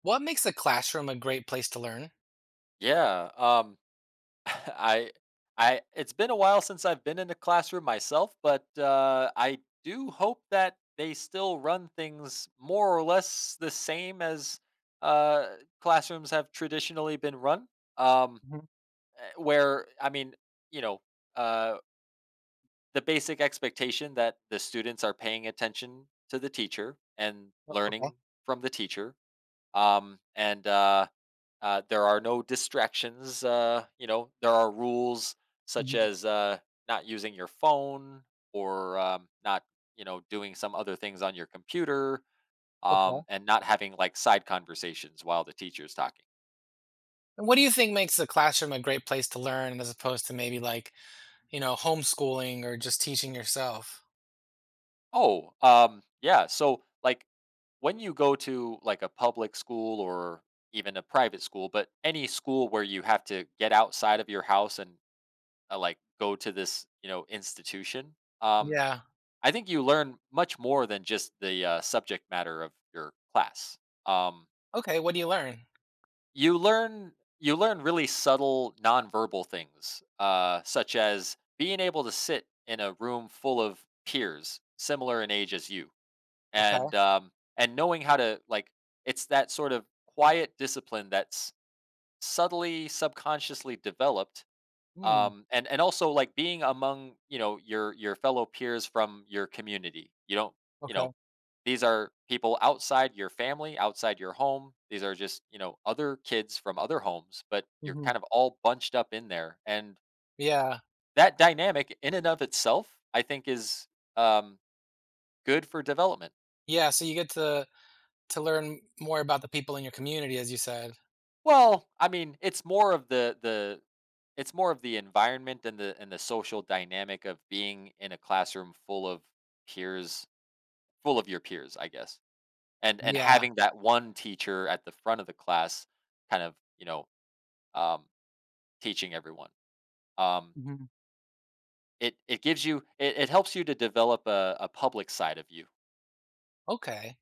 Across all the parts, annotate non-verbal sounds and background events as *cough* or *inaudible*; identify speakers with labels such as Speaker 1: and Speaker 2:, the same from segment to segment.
Speaker 1: What makes a classroom a great place to learn?
Speaker 2: Yeah, um, *laughs* I, it's been a while since I've been in a classroom myself, but I do hope that they still run things more or less the same as uh, classrooms have traditionally been run. Um,
Speaker 1: Mhm.
Speaker 2: where, you know, uh, the basic expectation that the students are paying attention to the teacher and
Speaker 1: Okay.
Speaker 2: learning from the teacher, and there are no distractions. You know, there are rules such
Speaker 1: Mhm.
Speaker 2: as not using your phone or not, you know, doing some other things on your computer,
Speaker 1: Okay.
Speaker 2: and not having like side conversations while the teacher's talking.
Speaker 1: And what do you think makes a classroom a great place to learn as opposed to maybe like, homeschooling or just teaching yourself?
Speaker 2: Oh, yeah. So, like, when you go to like a public school or even a private school, but any school where you have to get outside of your house and like go to this, you know, institution. Um,
Speaker 1: Yeah.
Speaker 2: I think you learn much more than just the subject matter of your class. Um,
Speaker 1: Okay. What do you learn?
Speaker 2: you learn really subtle nonverbal things, such as being able to sit in a room full of peers similar in age as you,
Speaker 1: Okay.
Speaker 2: and knowing how to, like, it's that sort of quiet discipline that's subtly subconsciously developed,
Speaker 1: Mm,
Speaker 2: and also like being among, you know, your fellow peers from your community. You don't you
Speaker 1: okay.
Speaker 2: know these are people outside your family, outside your home. These are just, you know, other kids from other homes, but you're
Speaker 1: Mhm.
Speaker 2: kind of all bunched up in there, and
Speaker 1: Yeah.
Speaker 2: that dynamic in and of itself, I think, is um good for development.
Speaker 1: Yeah, so you get to learn more about the people in your community, as you said.
Speaker 2: Well, I mean, it's more of the it's more of the environment and the social dynamic of being in a classroom full of peers. Full of your peers, I guess. And
Speaker 1: Yeah.
Speaker 2: having that one teacher at the front of the class, kind of, you know, um, teaching everyone. Um,
Speaker 1: Mhm.
Speaker 2: it gives you it helps you to develop a public side of you. *laughs*
Speaker 1: Okay.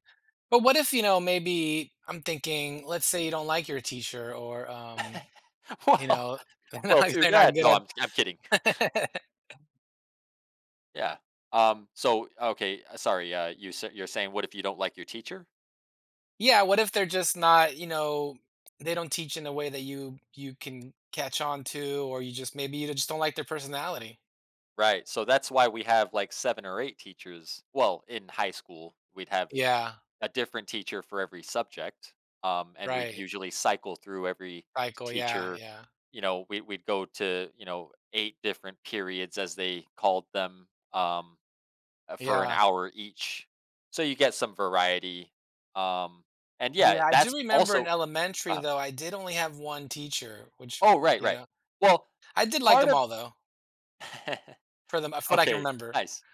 Speaker 1: But what if, maybe I'm thinking, let's say you don't like your teacher or, you
Speaker 2: Well,
Speaker 1: know, *laughs* they're
Speaker 2: well,
Speaker 1: not
Speaker 2: too
Speaker 1: they're not
Speaker 2: bad.
Speaker 1: good
Speaker 2: No, I'm kidding.
Speaker 1: at *laughs*
Speaker 2: Yeah. Okay, sorry. You're saying what if you don't like your teacher?
Speaker 1: Yeah, what if they're just not, they don't teach in a way that you can catch on to or you just maybe you just don't like their personality?
Speaker 2: Right. So that's why we have like seven or eight teachers. Well, in high school, we'd have
Speaker 1: Yeah,
Speaker 2: a different teacher for every subject, and we'd
Speaker 1: right.
Speaker 2: usually cycle through every
Speaker 1: Cycle, yeah,
Speaker 2: teacher.
Speaker 1: yeah.
Speaker 2: You know, we'd go to, you know, eight different periods as they called them, um, for an
Speaker 1: Yeah.
Speaker 2: hour each, so you get some variety. Um, and
Speaker 1: Yeah,
Speaker 2: Yeah,
Speaker 1: I
Speaker 2: that's
Speaker 1: do remember in
Speaker 2: also
Speaker 1: elementary,
Speaker 2: uh,
Speaker 1: though, I did only have one teacher, which,
Speaker 2: oh right,
Speaker 1: you
Speaker 2: right.
Speaker 1: know
Speaker 2: Well,
Speaker 1: I did like
Speaker 2: part
Speaker 1: them
Speaker 2: of
Speaker 1: all, though, for
Speaker 2: *laughs*
Speaker 1: what I can
Speaker 2: Okay,
Speaker 1: remember.
Speaker 2: nice.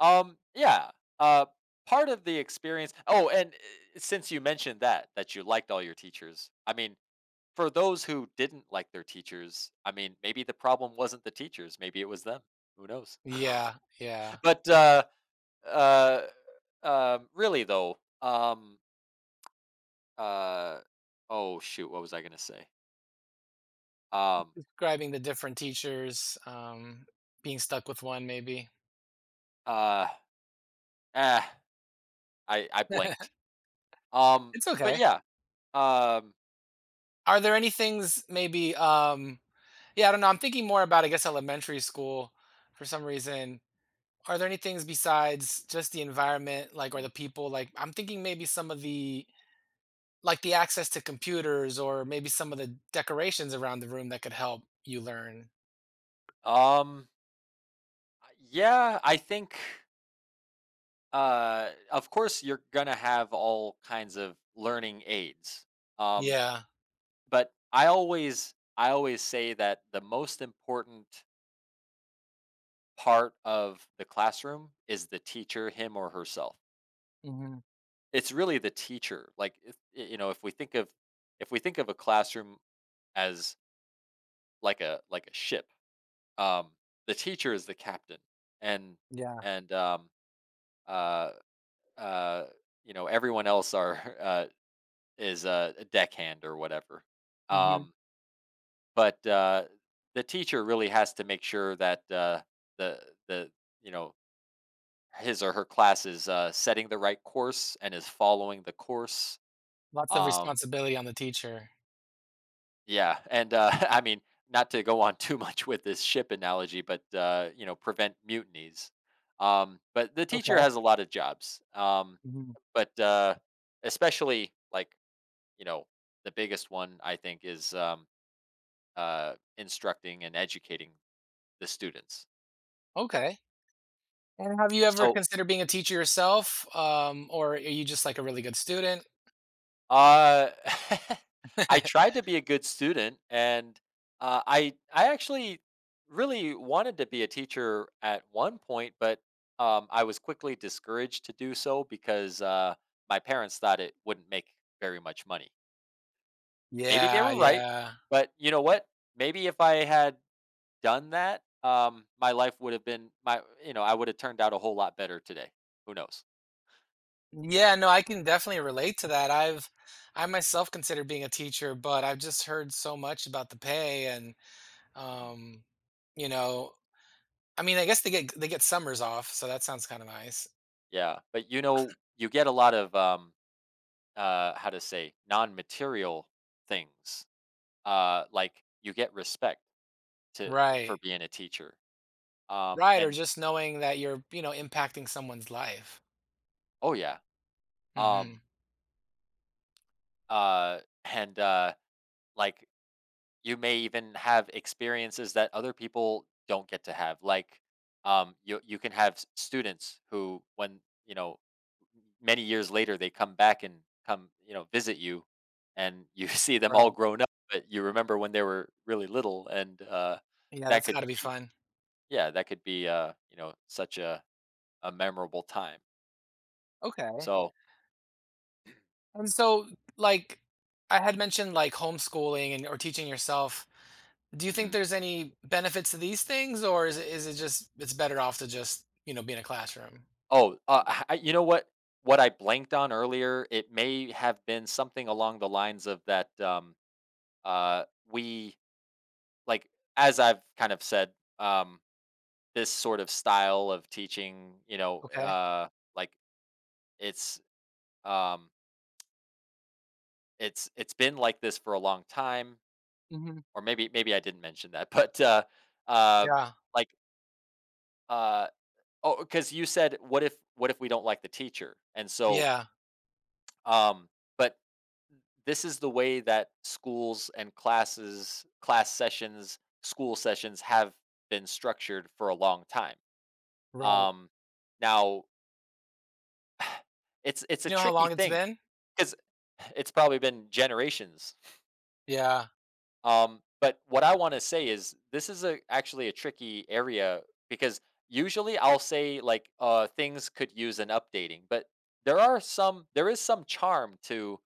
Speaker 2: Um, yeah. Uh, Part of the experience. Oh, and since you mentioned that you liked all your teachers, I mean, for those who didn't like their teachers, I mean, maybe the problem wasn't the teachers, maybe it was them. Who knows?
Speaker 1: Yeah, yeah.
Speaker 2: *laughs* but uh, Really, though, uh, oh shoot, what was I gonna say? Um,
Speaker 1: Describing the different teachers, being stuck with one maybe.
Speaker 2: uh, eh, I blanked. Um,
Speaker 1: It's
Speaker 2: but
Speaker 1: okay.
Speaker 2: Yeah, um,
Speaker 1: Are there any things maybe? Yeah, I don't know, I'm thinking more about, I guess, elementary school for some reason. Are there any things besides just the environment, like, or the people, like I'm thinking maybe some of the like the access to computers or maybe some of the decorations around the room that could help you learn.
Speaker 2: um, yeah, I think of course you're gonna have all kinds of learning aids. Um,
Speaker 1: Yeah.
Speaker 2: But I always say that the most important part of the classroom is the teacher, him or herself.
Speaker 1: Mhm.
Speaker 2: It's really the teacher. Like, if, y- you know, if we think of if we think of a classroom as like a ship, um, the teacher is the captain, and
Speaker 1: Yeah.
Speaker 2: and um, uh, uh, you know, everyone else are *laughs* is a deckhand or whatever.
Speaker 1: Mhm.
Speaker 2: Um, But, uh, the teacher really has to make sure that, the the you know, his or her class is, setting the right course and is following the course.
Speaker 1: Lots of
Speaker 2: Um,
Speaker 1: responsibility on the teacher.
Speaker 2: yeah, and, *laughs* I mean, not to go on *laughs* too much with this ship analogy, but, you know, prevent mutinies. But the teacher
Speaker 1: Okay.
Speaker 2: has a lot of jobs,
Speaker 1: Mhm.
Speaker 2: but, especially, like, you know, the biggest one I think is, instructing and educating the students.
Speaker 1: Okay. And have you ever
Speaker 2: So
Speaker 1: considered being a teacher yourself? Or are you just like a really good student?
Speaker 2: uh, *laughs* I
Speaker 1: *laughs*
Speaker 2: tried to be a good student, and I actually really wanted to be a teacher at one point, but I was quickly discouraged to do so because my parents thought it wouldn't make very much money. Maybe they
Speaker 1: Yeah,
Speaker 2: were right,
Speaker 1: yeah.
Speaker 2: but you know what? Maybe if I had done that, my life would have been my you know, I would have turned out a whole lot better today. Who knows?
Speaker 1: Yeah, no, I can definitely relate to that. I myself consider being a teacher, but I've just heard so much about the pay. And
Speaker 2: Hmm.
Speaker 1: um, you know, I mean, I guess they get summers off, so that sounds kind of nice.
Speaker 2: Yeah, but you know, you get a lot of uh, how to say, non-material things, like you get respect to for
Speaker 1: Right.
Speaker 2: being a teacher,
Speaker 1: Right, or
Speaker 2: and
Speaker 1: just knowing that you're, impacting someone's life.
Speaker 2: oh yeah, um
Speaker 1: Mhm.
Speaker 2: uh and like you may even have experiences that other people don't get to have, like, you can have students who when, you know, many years later, they come back and come, you know, visit you, and you *laughs* see them all
Speaker 1: Right.
Speaker 2: grown up, but you remember when they were really little, and
Speaker 1: Yeah,
Speaker 2: that
Speaker 1: that's
Speaker 2: could
Speaker 1: gotta be fun.
Speaker 2: yeah, that could be, you know, such a memorable time.
Speaker 1: Okay.
Speaker 2: So
Speaker 1: And so, like, I had mentioned, like, homeschooling and or teaching yourself. Do you think
Speaker 2: mhm.
Speaker 1: there's any benefits to these things, or is it just it's better off to just, be in a classroom?
Speaker 2: Oh, h I, you know what? What I blanked on earlier, it may have been something along the lines of that, uh, we, like, as I've kind of said, um, this sort of style of teaching, you know,
Speaker 1: Okay.
Speaker 2: uh, like, it's, um, it's been like this for a long time,
Speaker 1: Mhm.
Speaker 2: or maybe I didn't mention that, *laughs* but, uh,
Speaker 1: Yeah.
Speaker 2: like, uh, oh, because you said, "What if, we don't like the teacher?" And so,
Speaker 1: Yeah.
Speaker 2: um, but this is the way that schools and classes, class sessions, school sessions have been structured for a long time.
Speaker 1: Right.
Speaker 2: Um, now, *sighs* it's a
Speaker 1: You know how
Speaker 2: tricky
Speaker 1: long it's
Speaker 2: thing
Speaker 1: been?
Speaker 2: because *sighs* it's probably been generations.
Speaker 1: Yeah.
Speaker 2: But what I want to say is this is a actually a tricky area because usually I'll say like, things could use an updating, but there is some charm to,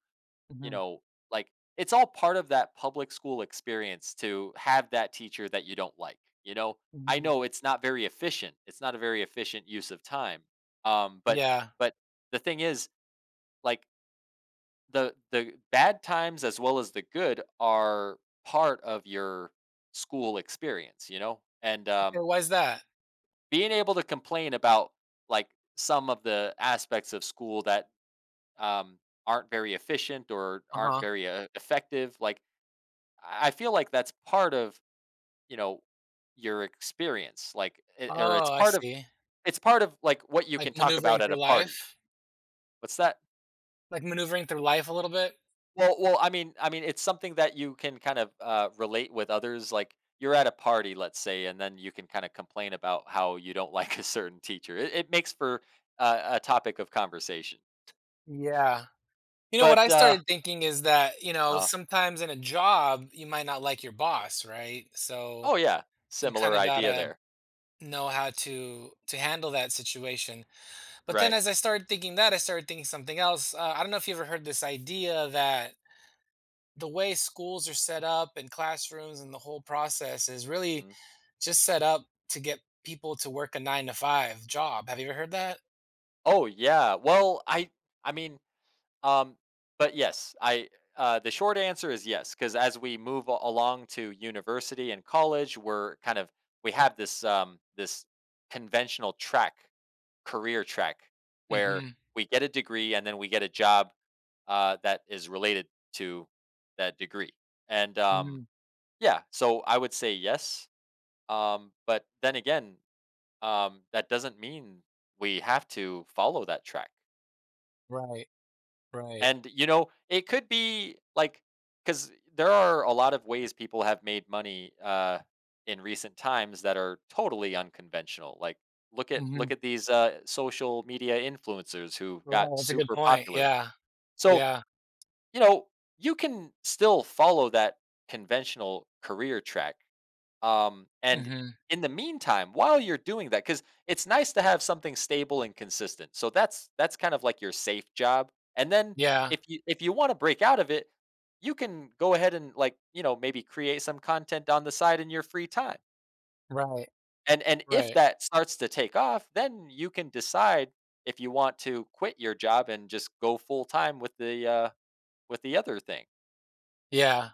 Speaker 2: you
Speaker 1: Mhm.
Speaker 2: know, like, it's all part of that public school experience to have that teacher that you don't like, you know? I
Speaker 1: Mhm.
Speaker 2: know it's not very efficient. It's not a very efficient use of time. Um, but
Speaker 1: Yeah.
Speaker 2: but the thing is, like, the bad times as well as the good are part of your school experience, you know, and
Speaker 1: Okay, why is that?
Speaker 2: being able to complain about, like, some of the aspects of school that um, aren't very efficient or aren't
Speaker 1: Uh-huh.
Speaker 2: very effective, like, I feel like that's part of, you know, your experience, like, or
Speaker 1: Oh, I see.
Speaker 2: it's part of like what you can
Speaker 1: Like
Speaker 2: talk
Speaker 1: maneuvering
Speaker 2: about at a
Speaker 1: through
Speaker 2: party.
Speaker 1: life?
Speaker 2: What's that?
Speaker 1: Like maneuvering through life a little bit?
Speaker 2: Well, I mean, it's something that you can kind of, relate with others, like, you're at a party, let's say, and then you can kinda complain about how you don't *laughs* like a certain teacher. It makes for a topic of conversation.
Speaker 1: Yeah. What
Speaker 2: But,
Speaker 1: I
Speaker 2: uh
Speaker 1: started thinking is that,
Speaker 2: uh
Speaker 1: sometimes in a job, you might not like your boss, right? So
Speaker 2: Oh, yeah.
Speaker 1: you
Speaker 2: Similar
Speaker 1: kinda
Speaker 2: idea
Speaker 1: gotta
Speaker 2: there.
Speaker 1: know how to handle that situation. But then
Speaker 2: Right.
Speaker 1: as I started thinking that, I started thinking something else. I don't know if you ever heard this idea that the way schools are set up and classrooms and the whole process is really
Speaker 2: Mhm.
Speaker 1: just set up to get people to work a 9 to 5 job. Have you ever heard that?
Speaker 2: Oh, yeah. Well, I mean, um but yes, I, the short answer is yes, because as we move a along to university and college, we're kind of we have this, this conventional track, career track, where
Speaker 1: Hmm.
Speaker 2: we get a degree and then we get a job, that is related to that degree. And
Speaker 1: Hmm.
Speaker 2: yeah, so I would say yes. But then again, that doesn't mean we have to follow that track.
Speaker 1: Right. Right.
Speaker 2: And, you know, it could be like, because there are a lot of ways people have made money, in recent times that are totally unconventional. Like,
Speaker 1: Hmm.
Speaker 2: look at these social media influencers who
Speaker 1: Right.
Speaker 2: got
Speaker 1: That's a good
Speaker 2: super
Speaker 1: point.
Speaker 2: popular.
Speaker 1: Yeah.
Speaker 2: So
Speaker 1: Yeah.
Speaker 2: you know, you can still follow that conventional career track. And
Speaker 1: Hmm.
Speaker 2: In the meantime, while you're doing that, because it's nice to have something stable and consistent. So that's kind of like your safe job. And then
Speaker 1: Yeah.
Speaker 2: if you want to break out of it, you can go ahead and, like, you know, maybe create some content on the side in your free time.
Speaker 1: Right.
Speaker 2: And if
Speaker 1: Right.
Speaker 2: that starts to take off, then you can decide if you want to quit your job and just go full time with the other thing.
Speaker 1: Yeah.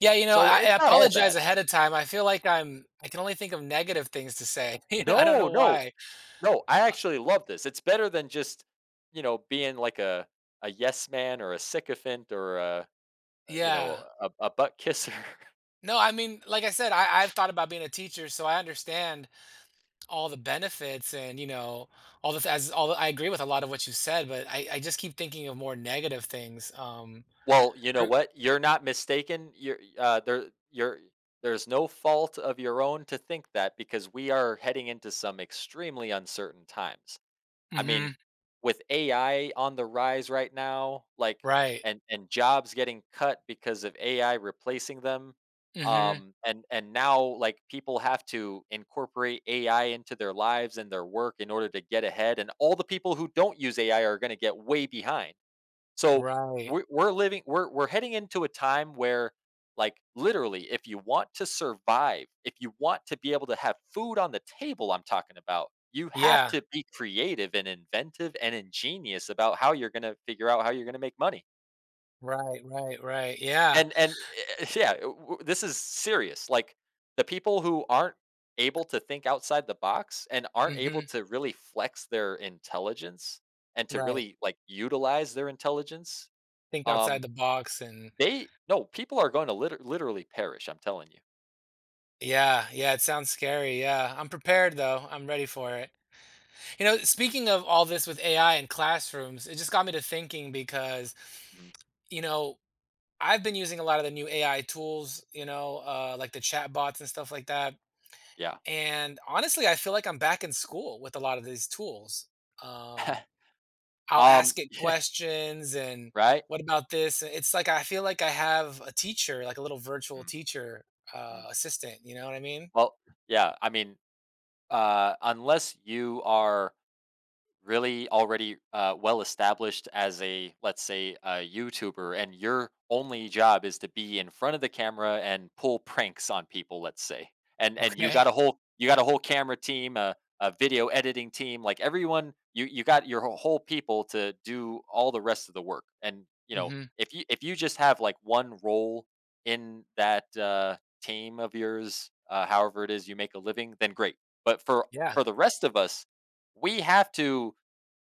Speaker 1: Yeah. You know,
Speaker 2: So
Speaker 1: I, I
Speaker 2: it's not all
Speaker 1: apologize
Speaker 2: bad.
Speaker 1: ahead of time. I feel like I'm. I can only think of negative things to say. *laughs* I don't
Speaker 2: No,
Speaker 1: know why.
Speaker 2: no. I
Speaker 1: Uh,
Speaker 2: actually love this. It's better than just, you know, being like a yes man, or a sycophant, or a, you know,
Speaker 1: yeah.
Speaker 2: a butt kisser.
Speaker 1: No, I mean, like I said, I've thought about being a teacher, so I understand all the benefits. And you know all the th- as all the, I agree with a lot of what you said, but I just keep thinking of more negative things.
Speaker 2: *laughs* Well, you know
Speaker 1: For-
Speaker 2: what? You're not mistaken. You're, there. You're, there's no fault of your own to think that, because we are heading into some extremely uncertain times. I
Speaker 1: mhm,
Speaker 2: mean, with AI on the rise right now, like
Speaker 1: right,
Speaker 2: and jobs getting cut because of AI replacing them,
Speaker 1: hmm,
Speaker 2: and now, like, people have to incorporate AI into their lives and their work in order to get ahead, and all the people who don't use AI are going to get way behind. So
Speaker 1: right,
Speaker 2: we're heading into a time where, like, literally, if you want to survive, if you want to be able to have food on the table, I'm talking about, you have
Speaker 1: yeah,
Speaker 2: to be creative and inventive and ingenious about how you're going to figure out how you're going to make money.
Speaker 1: right, right, right, yeah,
Speaker 2: And *laughs* yeah, this is serious. Like the people who aren't able to think outside the box and aren't able
Speaker 1: hmm,
Speaker 2: to really flex their intelligence and to
Speaker 1: right.
Speaker 2: really like utilize their intelligence,
Speaker 1: Think outside
Speaker 2: um
Speaker 1: the box. And
Speaker 2: they, no, people are going to literally perish, I'm telling you.
Speaker 1: yeah, yeah. It sounds scary. Yeah, I'm prepared though. I'm ready for it. Speaking of all this with AI and classrooms, it just got me to thinking, because
Speaker 2: Mhm,
Speaker 1: you know I've been using a lot of the new AI tools, like the chat bots and stuff like that.
Speaker 2: yeah.
Speaker 1: And honestly, I feel like I'm back in school with a lot of these tools. Um,
Speaker 2: *laughs*
Speaker 1: I'll ask it
Speaker 2: Yeah,
Speaker 1: questions, and
Speaker 2: right?
Speaker 1: what about this? And it's like I feel like I have a teacher, like a little virtual
Speaker 2: Mhm,
Speaker 1: teacher
Speaker 2: mhm.
Speaker 1: assistant. You know what I mean?
Speaker 2: Well, yeah, I mean, unless you are really already well established as, a let's say, a YouTuber, and your only job is to be in front of the camera and pull pranks on people, let's say, and you
Speaker 1: Okay.
Speaker 2: got a whole, you got a whole camera team, a video editing team, like, everyone, you got your whole, whole people to do all the rest of the work, and, you know,
Speaker 1: Hmm.
Speaker 2: if you, just have like one role in that team of yours, however it is you make a living, then great. But for
Speaker 1: Yeah.
Speaker 2: the rest of us, we have to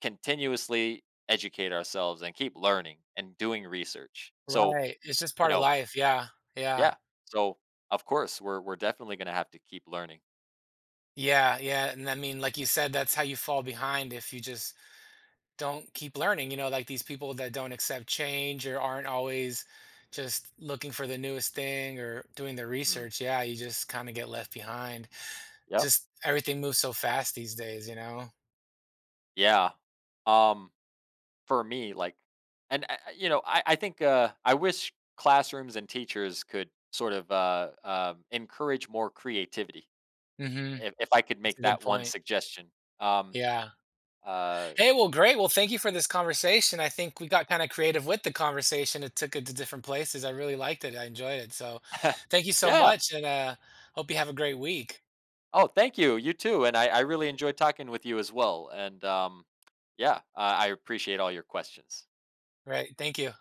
Speaker 2: continuously educate ourselves and keep learning and doing research. So,
Speaker 1: Right. It's just
Speaker 2: you
Speaker 1: part of
Speaker 2: know,
Speaker 1: life. Yeah. Yeah.
Speaker 2: yeah. So, of course, we're definitely going to have to keep learning.
Speaker 1: Yeah. Yeah. And I mean, like you said, that's how you fall behind. If you just don't keep learning, like these people that don't accept change or aren't always just looking for the newest thing or doing their
Speaker 2: Mm,
Speaker 1: research, yeah, you just kind of get left behind.
Speaker 2: yep.
Speaker 1: Just everything moves so fast these days.
Speaker 2: Yeah. Um for me, like, you know, I think, I wish classrooms and teachers could sort of encourage more creativity.
Speaker 1: Hmm.
Speaker 2: If I could
Speaker 1: That's
Speaker 2: make
Speaker 1: a good
Speaker 2: that one
Speaker 1: point.
Speaker 2: suggestion. Um
Speaker 1: Yeah.
Speaker 2: uh
Speaker 1: Hey, well great, well thank you for this conversation. I think we got kind of creative with the conversation. It took it to different places. I really liked it. I enjoyed it. So
Speaker 2: *laughs*
Speaker 1: thank you so
Speaker 2: yeah.
Speaker 1: much, and hope you have a great week.
Speaker 2: Oh, thank you. You too. And I really enjoyed talking with you as well. And yeah, I appreciate all your questions.
Speaker 1: Right, thank you.